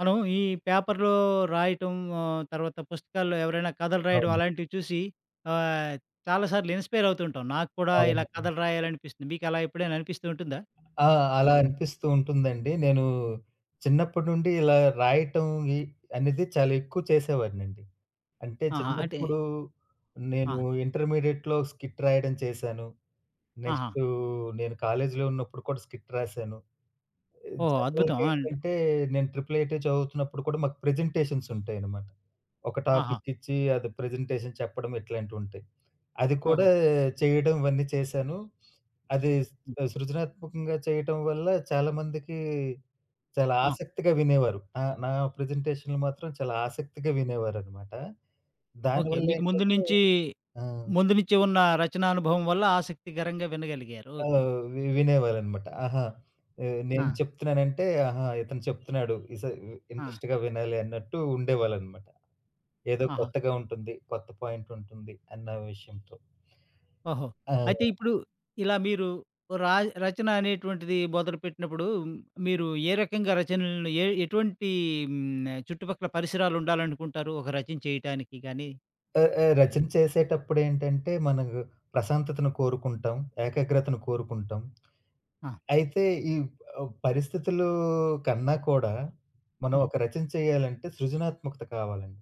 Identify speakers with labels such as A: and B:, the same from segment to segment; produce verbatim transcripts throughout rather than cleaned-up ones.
A: మనం ఈ పేపర్‌లో రాయటం ఆహ్, తర్వాత పుస్తకాల్లో ఎవరైనా కథలు రాయడం
B: అవును.
A: అలాంటివి చూసి ఆహ్, చాలా సార్లు ఇన్‌స్పైర్ అవుతూ ఉంటాం. నాకు కూడా ఇలా
B: అవునండి.
A: కథలు రాయాలనిపిస్తుంది. మీకు అలా ఎప్పుడైనా అనిపిస్తూ ఉంటుందా?
B: ఆ! అలా
A: అలా.
B: అనిపిస్తూ ఉంటుందండి. నేను చిన్నప్పటి నుండి ఇలా రాయటం ఇ అనేది చాలా ఎక్కువ చేసేవాడినండి. అంటే
A: ఆహా! అంటే
B: చిన్నప్పుడు నేను
A: ఆ!
B: ఇంటర్మీడియేట్‌లో స్కిట్ రాయడం చేశాను.
A: ఆహా!
B: నెక్స్ట్ నేను కాలేజీలో ఉన్నప్పుడు కూడా స్కిట్ రాశాను.
A: ఓహో! అద్భుతం.
B: జనరల్‌గా
A: అండ్
B: ఏంటంటే నేను ట్రిపుల్ ఐటీ చదువుతున్నప్పుడు కూడా మాకు ప్రెజెంటేషన్స్ ఉంటాయనమాట. ఒక
A: ఆహా!
B: టాపిక్ ఇచ్చి అది ప్రెజెంటేషన్ చెప్పడం ఇట్లాంటివుంటాయి. అది
A: ఓహో!
B: కూడా చేయడం ఇవన్నీ చేశాను. అది స్
A: హ్మ్.
B: సృజనాత్మకంగా చేయటం వల్ల చాలా మందికి చాలా
A: ఆ!
B: ఆసక్తిగా వినేవారు. నా నా ప్రెజెంటేషన్‌లు మాత్రం చాలా ఆసక్తిగా వినేవారనమాట.
A: ఓకే.
B: దానివల్ల
A: మీకు ముందు
B: ఏంటంటే
A: నుంచి
B: ఆ!
A: ముందు నుంచి ఉన్న రచనా అనుభవం వల్ల ఆసక్తికరంగా వినగలిగారు. ఓకే.
B: ఓహ్! వి వినేవారనమాట. ఆహా! ఆహ్,
A: ఆ!
B: నేను చెప్తున్నానంటే, ఆహా! ఇతను చెప్తున్నాడు. ఇస
A: ఆ!
B: ఇంట్రెస్ట్‌గా వినాలి అన్నట్టు ఉండేవాళ్ళనమాట. ఏదో
A: ఆహా!
B: కొత్తగా ఉంటుంది. కొత్త పాయింట్ ఉంటుంది అన్న విషయంతో.
A: ఓహో!
B: ఆ!
A: అయితే ఇప్పుడు ఇలా మీరు రా రచన అనేటువంటిది మొదలుపెట్టినప్పుడు మీరు ఏ రకంగా రచనలను ఏ ఎటువంటి హ్మ్. చుట్టుపక్కల పరిసరాలు ఉండాలనుకుంటారు? ఒక రచన చేయటానికి గాని
B: ఆహ్, ఆహ్, రచన చేసేటప్పుడేంటంటే, మనకు ప్రశాంతతను కోరుకుంటాం. ఏకాగ్రతను కోరుకుంటాం.
A: ఆ!
B: అయితే ఈ ఆహ్, పరిస్థితులు కన్నా కూడా, మనం
A: హ్మ్.
B: ఒక రచన చేయాలంటే సృజనాత్మకత కావాలండి.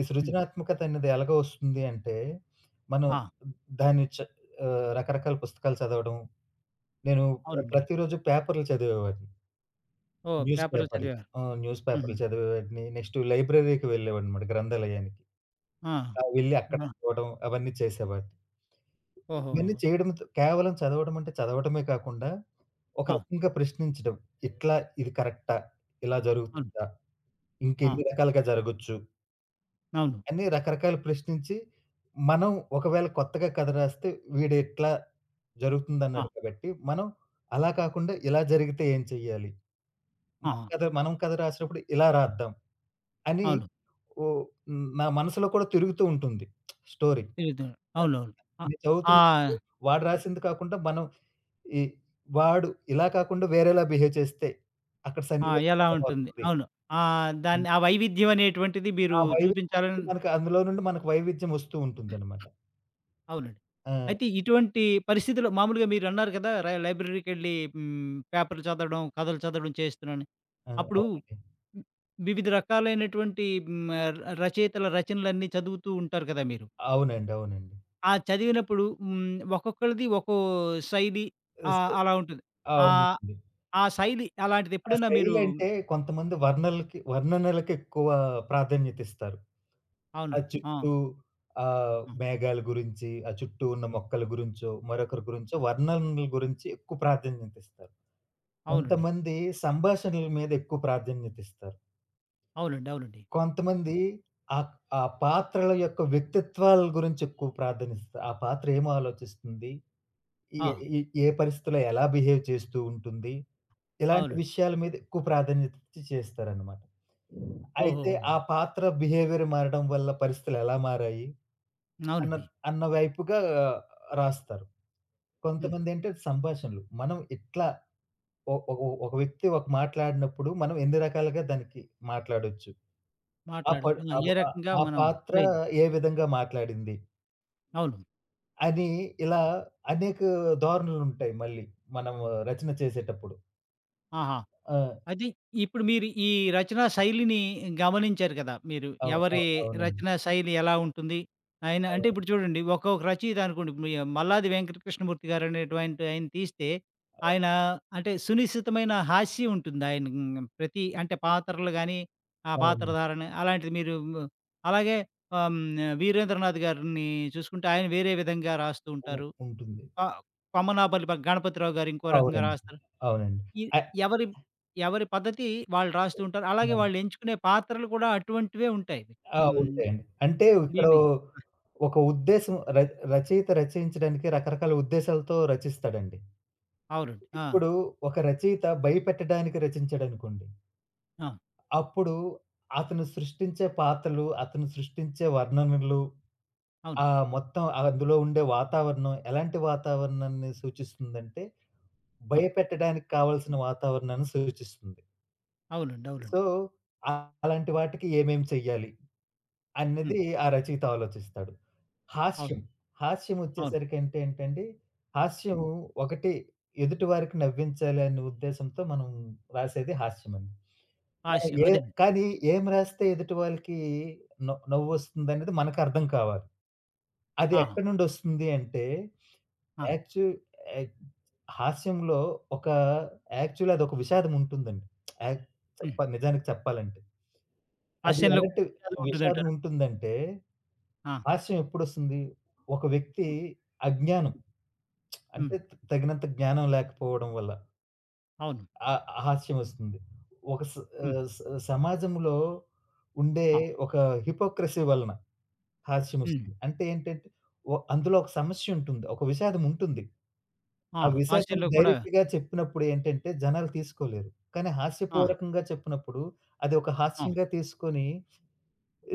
B: ఈ
A: హ్మ్.
B: సృజనాత్మకత అనేది ఎలాగ వస్తుంది అంటే, మనం
A: ఆ!
B: దాన్ని చ ఆహ్, రకరకాల పుస్తకాలు చదవడం. నేను
A: అవునండి.
B: ప్రతిరోజు పేపర్‌లు చదివేవాడిని.
A: ఓహ్!
B: న్యూస్
A: పేపర్‌లు
B: పేపర్‌లు.
A: చదివారు.
B: ఆ! న్యూస్
A: హుహు.
B: పేపర్‌లు చదివేవాడిని. నెక్స్ట్ లైబ్రరీకి వెళ్ళేవాడినమాట గ్రంథాలయానికి.
A: ఆ!
B: ఆ! వెళ్లి అక్కడ
A: ఆ!
B: చదవడం అవన్నీ చేసేవాడిని. ఇవన్నీ
A: ఓహోహోహో!
B: చేయడంతో కేవలం చదవడం అంటే చదవడమే కాకుండా, ఒక
A: ఆ!
B: రకంగా ప్రశ్నించడం. ఇట్లా ఇది కరెక్టా? ఇలా
A: అవును.
B: జరుగుతుందా?
A: ఆ!
B: ఇంకెన్ని రకాలుగా జరగొచ్చు?
A: అవును.
B: అని రకరకాలు ప్రశ్నించి, మనం ఒకవేళ కొత్తగా కథ రాస్తే వీడిట్లా జరుగుతుందన్నాడు
A: ఆ!
B: కాబట్టి, మనం అలా కాకుండా ఇలా జరిగితే ఏం చెయ్యాలి? మన
A: ఆహా!
B: కథ మనం కథ రాసినప్పుడు ఇలా రాద్దాం అని
A: అవును.
B: ఓ నా మనసులో కూడా తిరుగుతూ ఉంటుంది స్టోరీ.
A: తిరుగుతూ
B: ఆహ్,
A: అవునవును. ఆ!
B: నేను
A: ఆ!
B: చదువుతున్నప్పుడు వాడు రాసింది కాకుండా మనం ఈ వాడు ఇలా కాకుండా వేరేలా బిహేవ్ చేస్తే అక్కడ
A: ఆ!
B: సన్నివేశం
A: ఎలా
B: ఎలా
A: ఉంటుంది?
B: మారుతుంది?
A: అవును. ఆ! దాన్ని ఆ వైవిధ్యం అనేటువంటిది
B: ఆ
A: మీరు
B: వైవిధ్యం అప్పుడు
A: చూపించాలని
B: మనకు అందులో నుండి మనకు వైవిధ్యం వస్తూ ఉంటుందనమాట.
A: అవునండి.
B: ఆ!
A: అయితే ఇటువంటి పరిస్థితిలో మామూలుగా మీరన్నారు కదా! ర లైబ్రరీకెళ్ళి హ్మ్, పేపర్‌లు చదవడం, కథలు చదవడం చేస్తున్నానని.
B: ఆ!
A: అప్పుడు
B: అవునండి.
A: హ్మ్, వివిధ రకాలైనటువంటి హ్మ్, ఆహ్, రచయితల రచనలన్నీ చదువుతూ ఉంటారు కదా మీరు.
B: అవునండి. అవునండి.
A: ఆ చదివినప్పుడు హ్మ్, ఒక్కొక్కళ్ళది ఒక్కో శైలి
B: స్
A: ఆహ్, అలా ఉంటుంది. ఆహ్,
B: అవునండి.
A: ఆ శైలి అలాంటిది
B: ఆ
A: ఎప్పుడైనా మీరు
B: శైలంటే కొంతమంది వర్ణలకి వర్ణనలకి ఎక్కువ ప్రాధాన్యత ఇస్తారు.
A: అవును.
B: ఆ
A: ఆ!
B: చుట్టూ ఆహ్,
A: హ్మ్.
B: మేఘాల గురించి, ఆ చుట్టూ ఉన్న మొక్కల గురించో, మరొకరి గురించో
A: ఆ!
B: వర్ణనల గురించి ఎక్కువ ప్రాధాన్యత ఇస్తారు.
A: అవునండి.
B: కొంతమంది సంభాషణల మీద ఎక్కువ ప్రాధాన్యత ఇస్తారు.
A: అవునండి. అవునండి.
B: కొంతమంది
A: హ్మ్.
B: ఆహ్, ఆ పాత్రల యొక్క వ్యక్తిత్వాల గురించి ఎక్కువ ప్రాధాన్యత ఇస్తారు. ఆ పాత్ర ఏం ఆలోచిస్తుంది? ఈ
A: ఆ!
B: ఈ ఏ పరిస్థితిలో ఎలా బిహేవ్ చేస్తూ ఉంటుంది? ఇలాంటి
A: అవునండి.
B: విషయాల మీద ఎక్కువ ప్రాధాన్యత ఇచ్చి చేస్తారనమాట. అయితే ఆ
A: ఓహోహోహో!
B: పాత్ర బిహేవియర్ మారడం వల్ల పరిస్థితులు ఎలా మారాయి? అన్న
A: అవునండి.
B: అన్న వైపుగా రాస్తారు.
A: హ్మ్.
B: కొంతమందేంటంటే సంభాషణలు. మనం ఎట్లా ఒ ఒ ఒ- ఒక వ్యక్తి ఒక మాట్లాడినప్పుడు మనం ఎన్ని రకాలుగా దానికి మాట్లాడొచ్చు. ఆ పడ్
A: మాట్లాడొచ్చు. ఆ!
B: ఆ
A: ఏ
B: ఆ
A: రకంగా
B: ఆ
A: మనం
B: పాత్ర
A: ట్రైన్
B: ఏ విధంగా మాట్లాడింది?
A: అవును.
B: అని ఇలా అనేక ధోరణులుంటాయి మళ్ళీ మనం రచన చేసేటప్పుడు.
A: ఆహా!
B: ఆ!
A: అది ఇప్పుడు మీరు ఈ రచనా శైలిని గమనించారు కదా! మీరు
B: అవు
A: ఎవరి
B: అవు అవునండి.
A: రచనా శైలి ఎలా ఉంటుంది? ఆయన అంటే
B: అవును.
A: ఇప్పుడు చూడండి ఒక్కొక్క రచయిత అనుకోండి మీ మల్లాది వెంకటకృష్ణమూర్తి గారనేటువంటి ఆయన తీస్తే,
B: అవు
A: ఆయన అంటే సునిశితమైన హాస్యం ఉంటుంది. ఆయన హ్మ్, ప్రతి అంటే పాత్రలు గాని, ఆ
B: అవునండి.
A: పాత్రధారణ అలాంటిది మీరు ఉమ్, అలాగే ఆహ్, హ్మ్, వీరేంద్రనాథ్ గారిని చూసుకుంటే ఆయన వేరే విధంగా రాస్తూ
B: ఉ
A: ఉంటారు.
B: ఉంటుంది.
A: ఆహ్, కొమ్మనాపల్లి గణపతిరావు గారు ఇంకో రకంగా
B: అవునండి.
A: రాస్తారు.
B: అవునండి.
A: ఈ
B: ఆహ్,
A: ఎవరి ఎవరి పద్ధతి వాళ్ళు రాస్తూ ఉంటారు. అలాగే
B: అవును.
A: వాళ్ళు ఎంచుకునే పాత్రలు కూడా అటువంటివే ఉంటాయి.
B: ఆ!
A: హ్మ్.
B: ఉంటాయండి. అంటే ఇక్కడ
A: దీన్ని
B: ఒక ఉద్దేశం ర రచయిత రచయించడానికి రకరకాల ఉద్దేశాలతో రచిస్తాడండి.
A: అవునండి. ఆ!
B: ఇప్పుడు ఒక రచయిత భయపెట్టడానికి రచించాడనుకోండి.
A: ఆ!
B: అప్పుడు అతను సృష్టించే పాత్రలు, అతను సృష్టించే వర్ణనలు,
A: అవును.
B: ఆ! మొత్తం అందులో ఉండే వాతావరణం ఎలాంటి వాతావరణాన్ని సూచిస్తుందంటే,
A: ఆ!
B: భయపెట్టడానికి కావాల్సిన వాతావరణాన్ని సూచిస్తుంది.
A: అవునండి.
B: సో,
A: అవునండి.
B: ఆహ్, అలాంటి వాటికి ఏమేం చెయ్యాలి
A: హ్మ్.
B: అన్నది ఆ రచయిత ఆలోచిస్తాడు.
A: అవును.
B: హాస్యం, హాస్యం
A: అవును.
B: వచ్చేసరికి అంటే ఏంటండి, హాస్యము
A: హ్మ్.
B: ఒకటి ఎదుటి వారికి నవ్వించాలి అనే ఉద్దేశంతో మనం రాసేది హాస్యమండి. మనం
A: హాస్యం
B: ఏ
A: అదేనండి.
B: కానీ ఏం రాస్తే ఎదుటి వాళ్ళకి నవ్వు నవ్వొస్తుందనేది మనకు అర్థం కావాలి. అది
A: ఆహా!
B: ఎక్కడి నుండొస్తుంది అంటే
A: ఆ!
B: యాక్చు యాక్ హాస్యంలో ఒక యాక్చువల్లీ అదొక విషాదం ఉంటుందండి. యాక్
A: హ్మ్.
B: చెప్ప నిజానికి చెప్పాలంటే. అది
A: హాస్యంలో కూడా
B: ఎలాంటి
A: చాలా
B: విషాదం
A: ఉంటుందంటారా?
B: ఉంటుందంటే,
A: ఆ!
B: హాస్యం ఎప్పుడొస్తుంది? ఒక వ్యక్తి
A: హ్మ్.
B: అజ్ఞానం అంటే
A: హ్మ్.
B: తగినంత జ్ఞానం లేకపోవడం వల్ల
A: అవును.
B: ఆ ఆ హాస్యం వస్తుంది. ఒక స
A: హ్మ్.
B: ఆహ్, స సమాజంలో ఉండే
A: ఆ!
B: ఒక హిపోక్రసీ వలన హాస్యం
A: హ్మ్.
B: వస్తుంది. అంటే ఏంటంటే, ఒ అందులో ఒక సమస్య ఉంటుంది. ఒక విషాదం ఉంటుంది.
A: ఆ!
B: ఆ విషాదాన్ని
A: హాస్యంలో కూడా
B: డైరెక్ట్‌గా చెప్పినప్పుడు ఏంటంటే జనాలు తీసుకోలేరు. కానీ
A: ఆ!
B: హాస్యపూర్వకంగా చెప్పినప్పుడు అది ఒక
A: ఆ!
B: హాస్యంగా తీసుకొని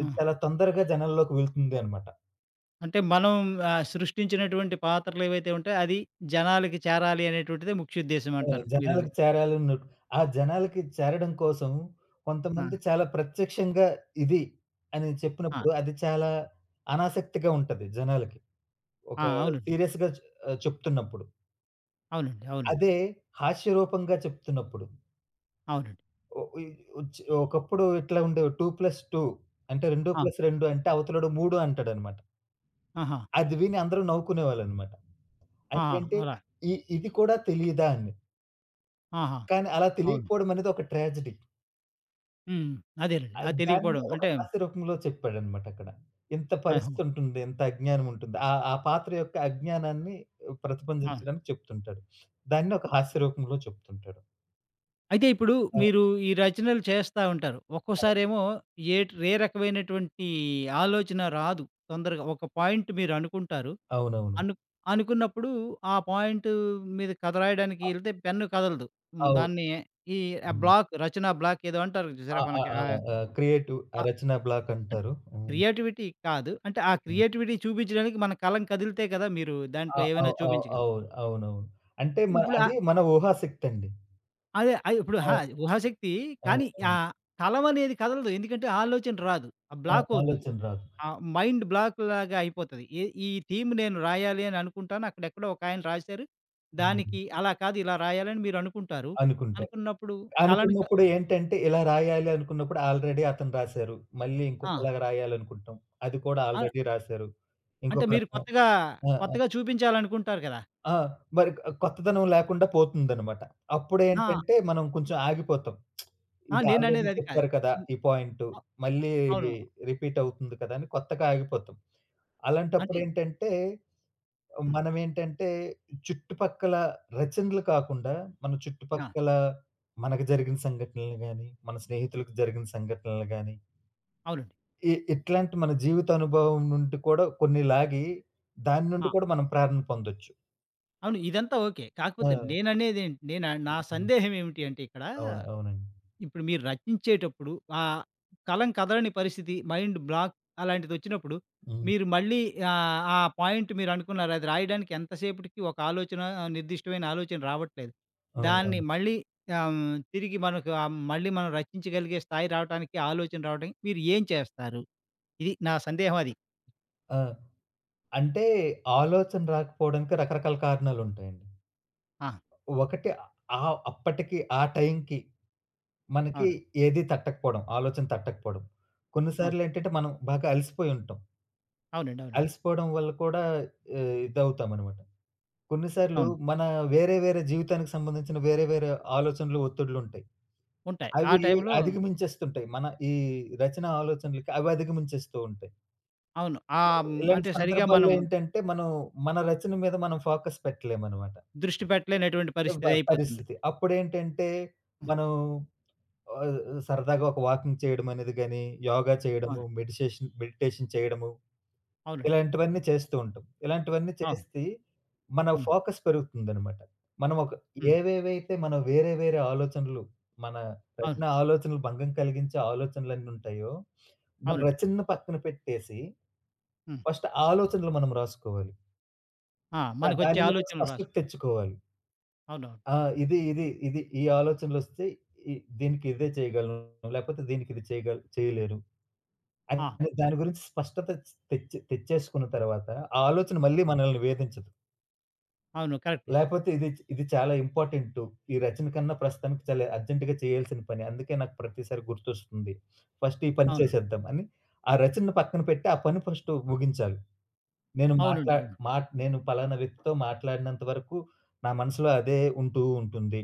A: ఆ!
B: చాలా తొందరగా జనాల్లోకి వెళ్తుంది అన్నమాట.
A: అంటే మనం ఆహ్, సృష్టించినటువంటి పాత్రలేవైతే ఉంటాయో అది జనాలకి చేరాలి అనేటువంటిదే ముఖ్యోద్దేశం
B: ఆహ్,
A: అంటారు మీరు.
B: జనాలకి చేరాలన్న ఆ జనాలకి చేరడం కోసం
A: ఆ!
B: కొంతమంది చాలా ప్రత్యక్షంగా ఇది అని
A: ఆ!
B: చెప్పినప్పుడు అది చాలా అనాసక్తిగా ఉంటది జనాలకి. ఒక
A: ఆ! అవునండి.
B: సీరియస్‌గా చె చెప్తున్నప్పుడు.
A: అవునండి. అవునండి.
B: అదే హాస్యరూపంగా చెప్తున్నప్పుడు
A: అవునండి.
B: ఒ ఇ ఒచ్చి ఒకప్పుడు ఇట్లా ఉండేవి, 2+2 అంటే
A: ఆ!
B: రెండు ప్లస్ రెండు అంటే అవతలోడు మూడు అంటాడనమాట.
A: ఆహా!
B: అది విని అందరూ నవ్వుకునేవాళ్ళనమాట.
A: ఆహా!
B: అదేంటి,
A: అలా.
B: ఇ ఇది కూడా తెలీదా అని.
A: ఆహా!
B: కానీ అలా
A: అవును.
B: తెలియకపోవడం అనేది ఒక ట్రాజడీ.
A: హ్మ్. అదేనండి.
B: ఆహ్,
A: అది
B: దాన్ని
A: తెలియకపోవడం.
B: ఒక
A: అంటే
B: హాస్య రూపంలో చెప్పాడనమాట అక్కడ. ఇంత
A: ఆహ్,
B: పరిస్థితి ఉంటుంది. ఇంత అజ్ఞానం ఉంటుంది. ఆ ఆ పాత్ర యొక్క అజ్ఞానాన్ని
A: ఆ!
B: ప్రతిబింబించడానికి చెప్తుంటాడు. దాన్ని ఒక
A: ఓకే.
B: హాస్య రూపంలో చెప్తుంటాడు.
A: అయితే ఇప్పుడు
B: ఆ!
A: మీరు ఈ రచనలు చేస్తా ఉంటారు. ఒక్కోసారేమో ఏట్ ఏ ఏ రకమైనటువంటి ఆలోచన రాదు తొందరగా. ఒక పాయింట్ మీరు అనుకుంటారు.
B: అవునవును.
A: అను అనుకున్నప్పుడు ఆ పాయింట్ మీద కథ రాయడానికి
B: అ
A: ఎళ్తే పెన్ను కదలదు. హ్మ్.
B: అవును.
A: దాన్ని ఈ బ్లాక్ రచనా బ్లాక్ ఏదో అంటారు
B: ఆ!
A: చూసారా
B: ఆ!
A: మనకి.
B: ఆ!
A: ఆ!
B: ఆ! క్రియేటివ్ ఆ! రచనా బ్లాక్
A: అంటే
B: అంటారు. హ్మ్.
A: క్రియేటివిటీ కాదు. అంటే ఆ
B: హ్మ్.
A: క్రియేటివిటీ చూపించడానికి మన కలం కదిలితే కదా! మీరు
B: ఆ!
A: దాంట్లో
B: అవ్
A: ఏమైనా
B: అవ్
A: చూపించగలరు.
B: అవును. అవునవును. అంటే మన
A: ఇప్పుడు
B: అది
A: ఆహ్,
B: మన ఊహాశక్తండి.
A: అదే ఆహ్, ఇప్పుడు ఆహా!
B: ఆ!
A: ఊహాశక్తి
B: ఆ!
A: కానీ ఆ
B: ఆ!
A: కలం అనేది కదలదు. ఎందుకంటే ఆలోచన రాదు. ఆ
B: ఆ!
A: బ్లాక్ అవుతది.
B: ఆలోచన రాదు.
A: ఆ మైండ్ బ్లాక్‌లాగా అయిపోతది. ఈ ఈ థీమ్ నేను రాయాలి అని అనుకుంటాను. అక్కడెక్కడో ఒకాయన రాశారు.
B: హ్మ్.
A: దానికి అలా కాదు ఇలా రాయాలని మీరు అనుకుంటారు.
B: అనుకుంటారు.
A: అనుకున్నప్పుడు కలను క
B: అనుకున్నప్పుడు ఏంటంటే ఇలా రాయాలి అనుకున్నప్పుడు ఆల్రెడీ అతను రాసారు. మళ్ళీ
A: ఆ!
B: ఇంకొకలాగా రాయాలనుకుంటాం. అది కూడా
A: ఆ!
B: ఆల్రెడీ రాసారు.
A: అంటే
B: ఇంకొక
A: మీరు
B: రకంగా
A: కొత్తగా
B: ఆ!
A: కొత్తగా చూపించాలనుకుంటారు కదా!
B: ఆ! మరి ఆహ్, కొత్తదనం లేకుండా పోతుందనమాట.
A: ఆ!
B: అప్పుడేంటంటే మనం కొంచెం ఆగిపోతాం.
A: ఆ!
B: ఇది ఆల్రెడీ
A: నేననేది అది కాదు.
B: చెప్పారు కదా!
A: హ్మ్.
B: ఈ పాయింటు.
A: అ
B: మళ్ళీ
A: అవును.
B: రిపీట్ అవుతుంది కదా! అని కొత్తగా ఆగిపోతాం.
A: అంటే
B: అలాంటప్పుడేంటంటే
A: హ్మ్.
B: మనమేంటంటే చుట్టుపక్కల రచనలు కాకుండా, మన
A: ఆ!
B: చుట్టుపక్కల మనకు జరిగిన సంఘటనలు గాని, మన స్నేహితులకు జరిగిన సంఘటనలు గాని,
A: అవునండి.
B: ఇ ఇట్లాంటి మన జీవిత అనుభవం నుండి కూడా కొన్ని లాగి, దాని
A: ఆ!
B: నుండి కూడా మనం ప్రేరణ పొందొచ్చు.
A: అవును. ఇదంతా ఓకే.
B: ఆ!
A: కాకపోతే నేననేదేం నేను నా
B: హ్మ్.
A: సందేహం ఏమిటి అంటే ఇక్కడ,
B: అవును. అవునండి.
A: ఇప్పుడు మీరు రచించేటప్పుడు ఆహ్, కలం కదలని పరిస్థితి, మైండ్ బ్లాక్ అలాంటిదొచ్చినప్పుడు,
B: హ్మ్.
A: మీరు మళ్ళీ ఆహ్, ఆ పాయింట్ మీరనుకున్నారు అది రాయడానికి ఎంతసేపటికి ఒక ఆలోచన ఆ, నిర్దిష్టమైన ఆలోచన రావట్లేదు. దాన్ని
B: అవునవును.
A: మళ్ళీ ఆహ్, తిరిగి మనకు ఆహ్, మళ్ళీ మనం రచించగలిగే స్థాయి రావటానికి, ఆలోచన రావడానికి మీరు ఏం చేస్తారు? ఇది నా సందేహం అది.
B: ఆ! అంటే ఆలోచన రాకపోవడానికి రకరకాల కారణాలుంటాయండి.
A: ఆ!
B: ఒకటి ఆహ్, అప్పటికి ఆ టైంకి మనకి
A: అవును.
B: ఏది తట్టకపోవడం. ఆలోచన తట్టకపోవడం. కొన్ని
A: అవును.
B: సార్లేంటంటే మనం బాగా అలసిపోయి ఉంటాం.
A: అవునండి. అవునండి.
B: అలసిపోవడం వల్ల కూడా ఆహ్, ఇదవుతామనమాట. కొన్ని సార్లు
A: అవును.
B: మన వేరే వేరే జీవితానికి సంబంధించిన వేరే వేరే ఆలోచనలు, ఒత్తిడులుంటాయి.
A: ఉంటాయి. ఆ
B: అవి
A: టైంలో
B: అధిగమించేస్తుంటాయి. మన ఈ రచన ఆలోచనలకి అవి అధిగమించేస్తూ ఉంటాయి.
A: అవును. ఆహ్, హ్మ్,
B: ఇలాంటి
A: అంటే సరిగ్గా
B: సందర్భాల్లో
A: మనం
B: ఏంటంటే, మనం మన రచన మీద మనం ఫోకస్ పెట్టలేమనమాట.
A: దృష్టి పెట్టలేనటువంటి
B: ప
A: పరిస్థితి అయిపోతుంది.
B: పరిస్థితి. అప్పుడేంటంటే,
A: హ్మ్.
B: మనం ఆహ్, సరదాగా ఒక వాకింగ్ చేయడం అనేది గాని, యోగా చేయడము,
A: అవును.
B: మెడిసేషన్ మెడిటేషన్ చేయడము,
A: అవునండి.
B: ఇలాంటివన్నీ చేస్తూ ఉంటాం. ఇలాంటివన్నీ
A: అవును.
B: చేస్తే మన
A: హ్మ్.
B: ఫోకస్ పెరుగుతుందనమాట. మనం ఒక
A: హ్మ్.
B: ఏవేవైతే మనం వేరే వేరే ఆలోచనలు, మన
A: అవును.
B: రచన ఆలోచనలు భంగం కలిగించే ఆలోచనలన్నీ ఉంటాయో, మన
A: అవునండి.
B: రచనను పక్కన పెట్టేసి,
A: హ్మ్.
B: ఫస్ట్ ఆలోచనలు మనం రాసుకోవాలి.
A: ఆ!
B: దా
A: మనకొచ్చే
B: దాని మీద
A: ఆలోచనలు
B: స్పష్టత
A: రాసుకోవడం.
B: తెచ్చుకోవాలి.
A: అవునవును.
B: ఆ! ఇది, ఇది, ఇది ఈ ఆలోచనలొస్తే ఇ దీనికి ఇదే చేయగలను. లేకపోతే దీనికి ఇది చేయగల చేయలేను.
A: ఆ!
B: అని దాని గురించి స్పష్టత తెచ్చి తెచ్చేసుకున్న తర్వాత ఆ ఆలోచన మళ్ళీ
A: ఆ!
B: మనల్ని వేధించదు.
A: అవును. కరెక్టే.
B: లేపోతే ఇది ఇది చాలా ఇంపార్టెంటు. ఈ రచన కన్నా ప్రస్తుతానికి చాలా అర్జెంట్‌గా చేయాల్సిన పని. అందుకే నాకు ప్రతిసారి గుర్తొస్తుంది. ఫస్ట్ ఈ పని
A: అవును.
B: చేసేద్దాం అని ఆ రచనను పక్కన పెట్టి ఆ పని ఫస్ట్ ముగించాలి. నేను
A: అవునండి.
B: మాట్లా
A: అవును.
B: మాట్ నేను పలానా వ్యక్తితో మాట్లాడినంత వరకు నా మనసులో అదే ఉంటూ ఉంటుంది.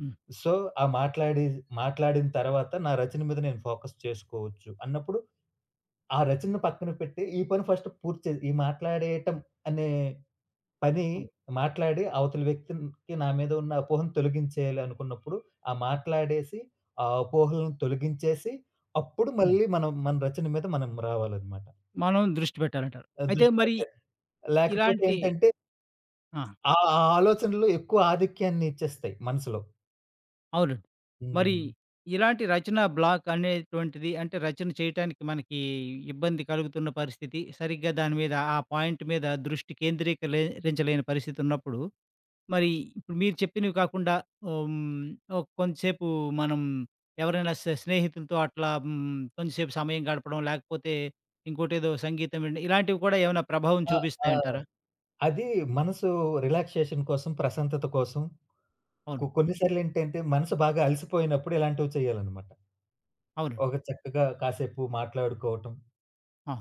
A: హ్మ్.
B: సో, ఆ మాట్లాడి మాట్లాడిన తర్వాత నా రచన మీద నేను ఫోకస్ చేసుకోవచ్చు అన్నప్పుడు, ఆ రచనను పక్కన పెట్టి ఈ పని ఫస్ట్ పూర్తి చే ఈ మాట్లాడేయటం అనే పని,
A: హ్మ్.
B: మాట్లాడి అవతలి వ్యక్తికి నా మీద ఉన్న అపోహను తొలగించేయాలి అనుకున్నప్పుడు, ఆ మాట్లాడేసి ఆ అపోహలను తొలగించేసి, అప్పుడు
A: హ్మ్.
B: మళ్ళీ మనం మన రచన మీద మనం రావాలనమాట.
A: మనం దృష్టి పెట్టాలంటారు.
B: ఆహ్,
A: అయితే
B: దృష్టి
A: మరి
B: పెట్టాలి. లేకపోతే
A: ఇలాంటి
B: ఏంటంటే
A: ఆ!
B: ఆ ఆ ఆలోచనలు ఎక్కువ ఆధిక్యాన్ని ఇచ్చేస్తాయి మనసులో.
A: అవునండి. మరి
B: హ్మ్.
A: ఇలాంటి రచనా బ్లాక్ అనేటువంటిది అంటే రచన చేయటానికి మనకి ఇబ్బంది కలుగుతున్న పరిస్థితి, సరిగ్గా దాని మీద ఆ పాయింట్ మీద దృష్టి కేంద్రీకరించలేని పరిస్థితి ఉన్నప్పుడు, మరి ఇప్పుడు మీరు చెప్పినవి కాకుండా హ్మ్, ఓహ్, కొంతసేపు మనం ఎవరైనా స స్నేహితులతో అట్లా హ్మ్, కొంతసేపు సమయం గడపడం, లేకపోతే ఇంకోటేదో సంగీతం వినడం ఇలాంటివి కూడా ఏమైనా ప్రభావం
B: ఆ! ఆ!
A: చూపిస్తాయంటారా?
B: అది మనసు రిలాక్సేషన్ కోసం, ప్రశాంతత కోసం, కొ
A: అవును.
B: కొన్ని సార్లేంటంటే మనసు బాగా అలసిపోయినప్పుడు ఇలాంటివి చేయాలనమాట.
A: అవునండి.
B: ఒక చక్కగా కాసేపు మాట్లాడుకోవటం
A: ఆ!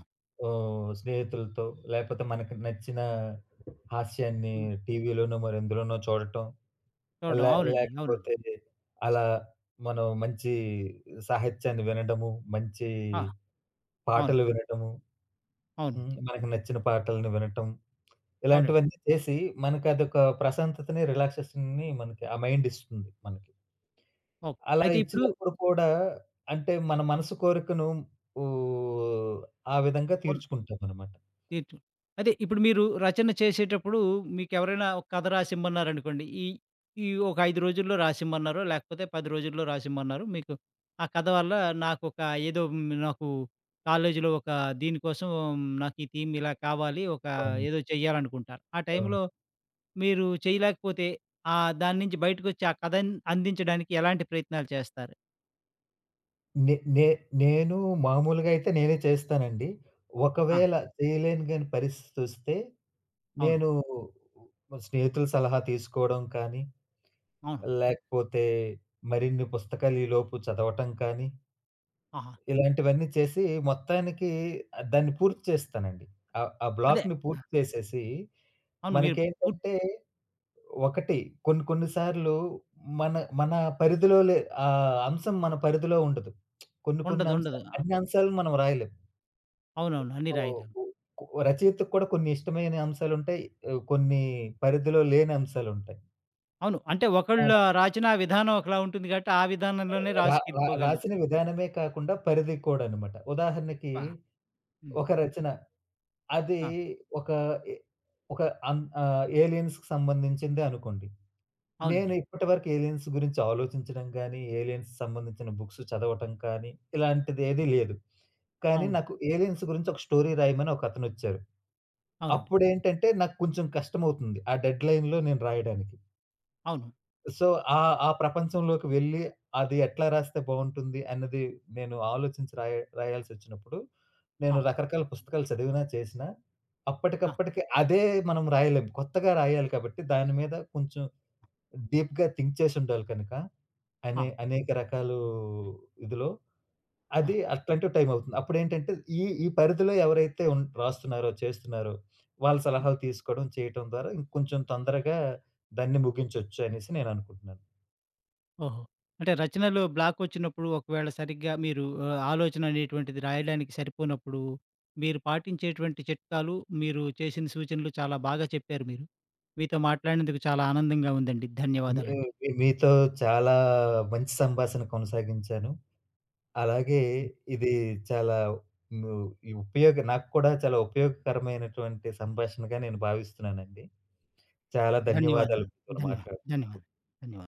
B: ఆహ్, స్నేహితులతో, లేపోతే మనకు నచ్చిన హాస్యాన్ని
A: హ్మ్.
B: టీవీలోనో మరెందులోనో చూడటం.
A: చూడడం.
B: లే
A: అవునండి. అవునండి.
B: లేకపోతే అలా మనం మంచి సాహిత్యాన్ని వినడము, మంచి
A: ఆ! అవును.
B: పాటలు వినడము.
A: అవును.
B: హ్మ్. మనకు నచ్చిన పాటలను వినటం,
A: అవునండి.
B: ఇలాంటివన్నీ చేసి మనకదొక ప్రశాంతతని, రిలాక్సేషన్‌ని మనకి ఆ మైండ్ ఇస్తుంది మనకి.
A: ఓకే.
B: అలా
A: అయితే ఇప్పుడు
B: ఇచ్చినప్పుడు కూడా అంటే మన మనసు కోరికను ఊ ఆ విధంగా
A: ఉన్
B: తీర్చుకుంటామనమాట.
A: ఇటు అదే ఇప్పుడు మీరు రచన చేసేటప్పుడు మీకెవరైనా ఒక కథ రాసిమ్మన్నారనుకోండి. ఈ, ఈ ఒక ఐదు రోజుల్లో రాసిమ్మన్నారో, లేకపోతే పది రోజుల్లో రాసిమ్మన్నారు. మీకు ఆ కథ వల్ల నాకొక ఏదో హ్మ్, నాకు కాలేజీలో ఒక దీనికోసం నాకు ఈ థీమ్ ఇలా కావాలి. ఒక
B: అవును.
A: ఏదో చెయ్యాలనుకుంటారు. ఆ
B: అవును.
A: టైంలో మీరు చేయలేకపోతే ఆహ్, దాని నుంచి బయటకొచ్చి ఆ కథని అందించడానికి ఎలాంటి ప్రయత్నాలు చేస్తారు?
B: నే నే నేను మామూలుగా అయితే నేనే చేస్తానండి.
A: ఆ!
B: ఒకవేళ చేయలేను గాని పరిస్థితొస్తే
A: అవును.
B: నేను మా స్నేహితుల సలహా తీసుకోవడం కానీ,
A: అవును.
B: లేకపోతే మరిన్ని పుస్తకాలు ఈలోపు చదవటం కానీ,
A: ఆహా!
B: ఇలాంటివన్నీ చేసి మొత్తానికి ఆహ్, దాన్ని పూర్తి చేస్తానండి. ఆహ్, ఆ
A: అదే.
B: బ్లాక్‌ని పూర్తి చేసేసి
A: అవును. మీరు పూర్తి
B: మనకేంటంటే ఒకటి కొన్ని కొన్ని సార్లు మన మన పరిధిలో లే ఆ అంశం మన పరిధిలో ఉండదు. కొన్ని కొన్ని
A: ఉండదు.
B: అంశ
A: ఉండదు.
B: అన్ని అంశాలు మనం రాయలేం.
A: అవునవును. అన్నీ రాయలేము.
B: ఓహ్! కు రచయితకు కూడా కొన్ని ఇష్టమైన అంశాలుంటాయి. ఆహ్, కొన్ని పరిధిలో లేని అంశాలుంటాయి.
A: అవును. అంటే
B: ఆ!
A: ఒకళ్ళ రాసిన విధానం ఒకలా ఉంటుంది కాబట్టి, ఆ విధానంలోనే
B: రా రా
A: రాసుకెళ్ళిపోగలుగు
B: రాసిన విధానమే కాకుండా పరిధి కూడా అన్నమాట. ఉదాహరణకి
A: ఆ! హ్మ్.
B: ఒక రచన అది
A: ఆ!
B: ఒక ఎ ఒక అన్ ఆహ్, ఏలియన్స్‌కి సంబంధించిందే అనుకోండి. నేను
A: అవునండి.
B: ఇప్పటివరకు ఏలియన్స్ గురించి ఆలోచించడం గానీ, ఏలియన్స్ సంబంధించిన బుక్స్ చదవటం కానీ, ఇలాంటిదేదీ
A: హ్మ్.
B: లేదు. కానీ
A: అవును.
B: నాకు ఏలియన్స్ గురించి ఒక స్టోరీ రాయమని ఒకతనొచ్చారు.
A: అవునండి.
B: అప్పుడేంటంటే నాకు కొంచెం కష్టమవుతుంది ఆ డెడ్‌లైన్‌లో నేను రాయడానికి.
A: అవును.
B: సో, ఆ ఆ ప్రపంచంలోకి వెళ్ళి, అది ఎట్లా రాస్తే బావుంటుంది అన్నది నేను ఆలోచించి రాయ రాయాల్సొచ్చినప్పుడు, నేను
A: ఆ!
B: రకరకాల పుస్తకాలు చదివినా, చేసినా
A: ఆ!
B: అప్పటికప్పటికి అదే మనం రాయలేం. కొత్తగా రాయాలి కాబట్టి, దాని మీద కొంచెం డీప్‌గా థింక్ చేసుండాలి కనుక,
A: ఆ!
B: అనే అనేక రకాలు ఇదిలో
A: ఆ!
B: అది అట్లాంటివి టైం అవుతుంది. అప్పుడేంటంటే, ఈ ఈ పరిధిలో ఎవరైతే ఉన్ రాస్తున్నారో, చేస్తున్నారో వాళ్ళ
A: హ్మ్.
B: సలహాలు తీసుకోవడం, చేయటం ద్వారా ఇంకొంచెం తొందరగా దాన్ని ముగించొచ్చు అనేసి నేననుకుంటున్నాను.
A: ఓహో! అంటే రచనలో బ్లాకొచ్చినప్పుడు ఒకవేళ సరిగ్గా మీరు ఆహ్, ఆలోచన అనేటువంటిది రాయడానికి సరిపోనప్పుడు, మీరు పాటించేటువంటి చిట్కాలు, మీరు చేసిన సూచనలు చాలా బాగా చెప్పారు మీరు. మీతో మాట్లాడినందుకు చాలా ఆనందంగా ఉందండి.
B: మీ
A: ధన్యవాదాలండి.
B: మీ మీతో చాలా మంచి సంభాషణ కొనసాగించాను. అలాగే ఇది చాలా, ను ఈ ఉపయోగ నాకు కూడా చాలా ఉపయోగకరమైనటువంటి సంభాషణగా నేను భావిస్తున్నానండి. చాలా ధన్యవాదాలు
A: ధన్యవాదాలండి.
B: మీతోని
A: ధన్యవా
B: మాట్లాడి
A: ధన్యవాదాలు. ధన్యవాదాలు.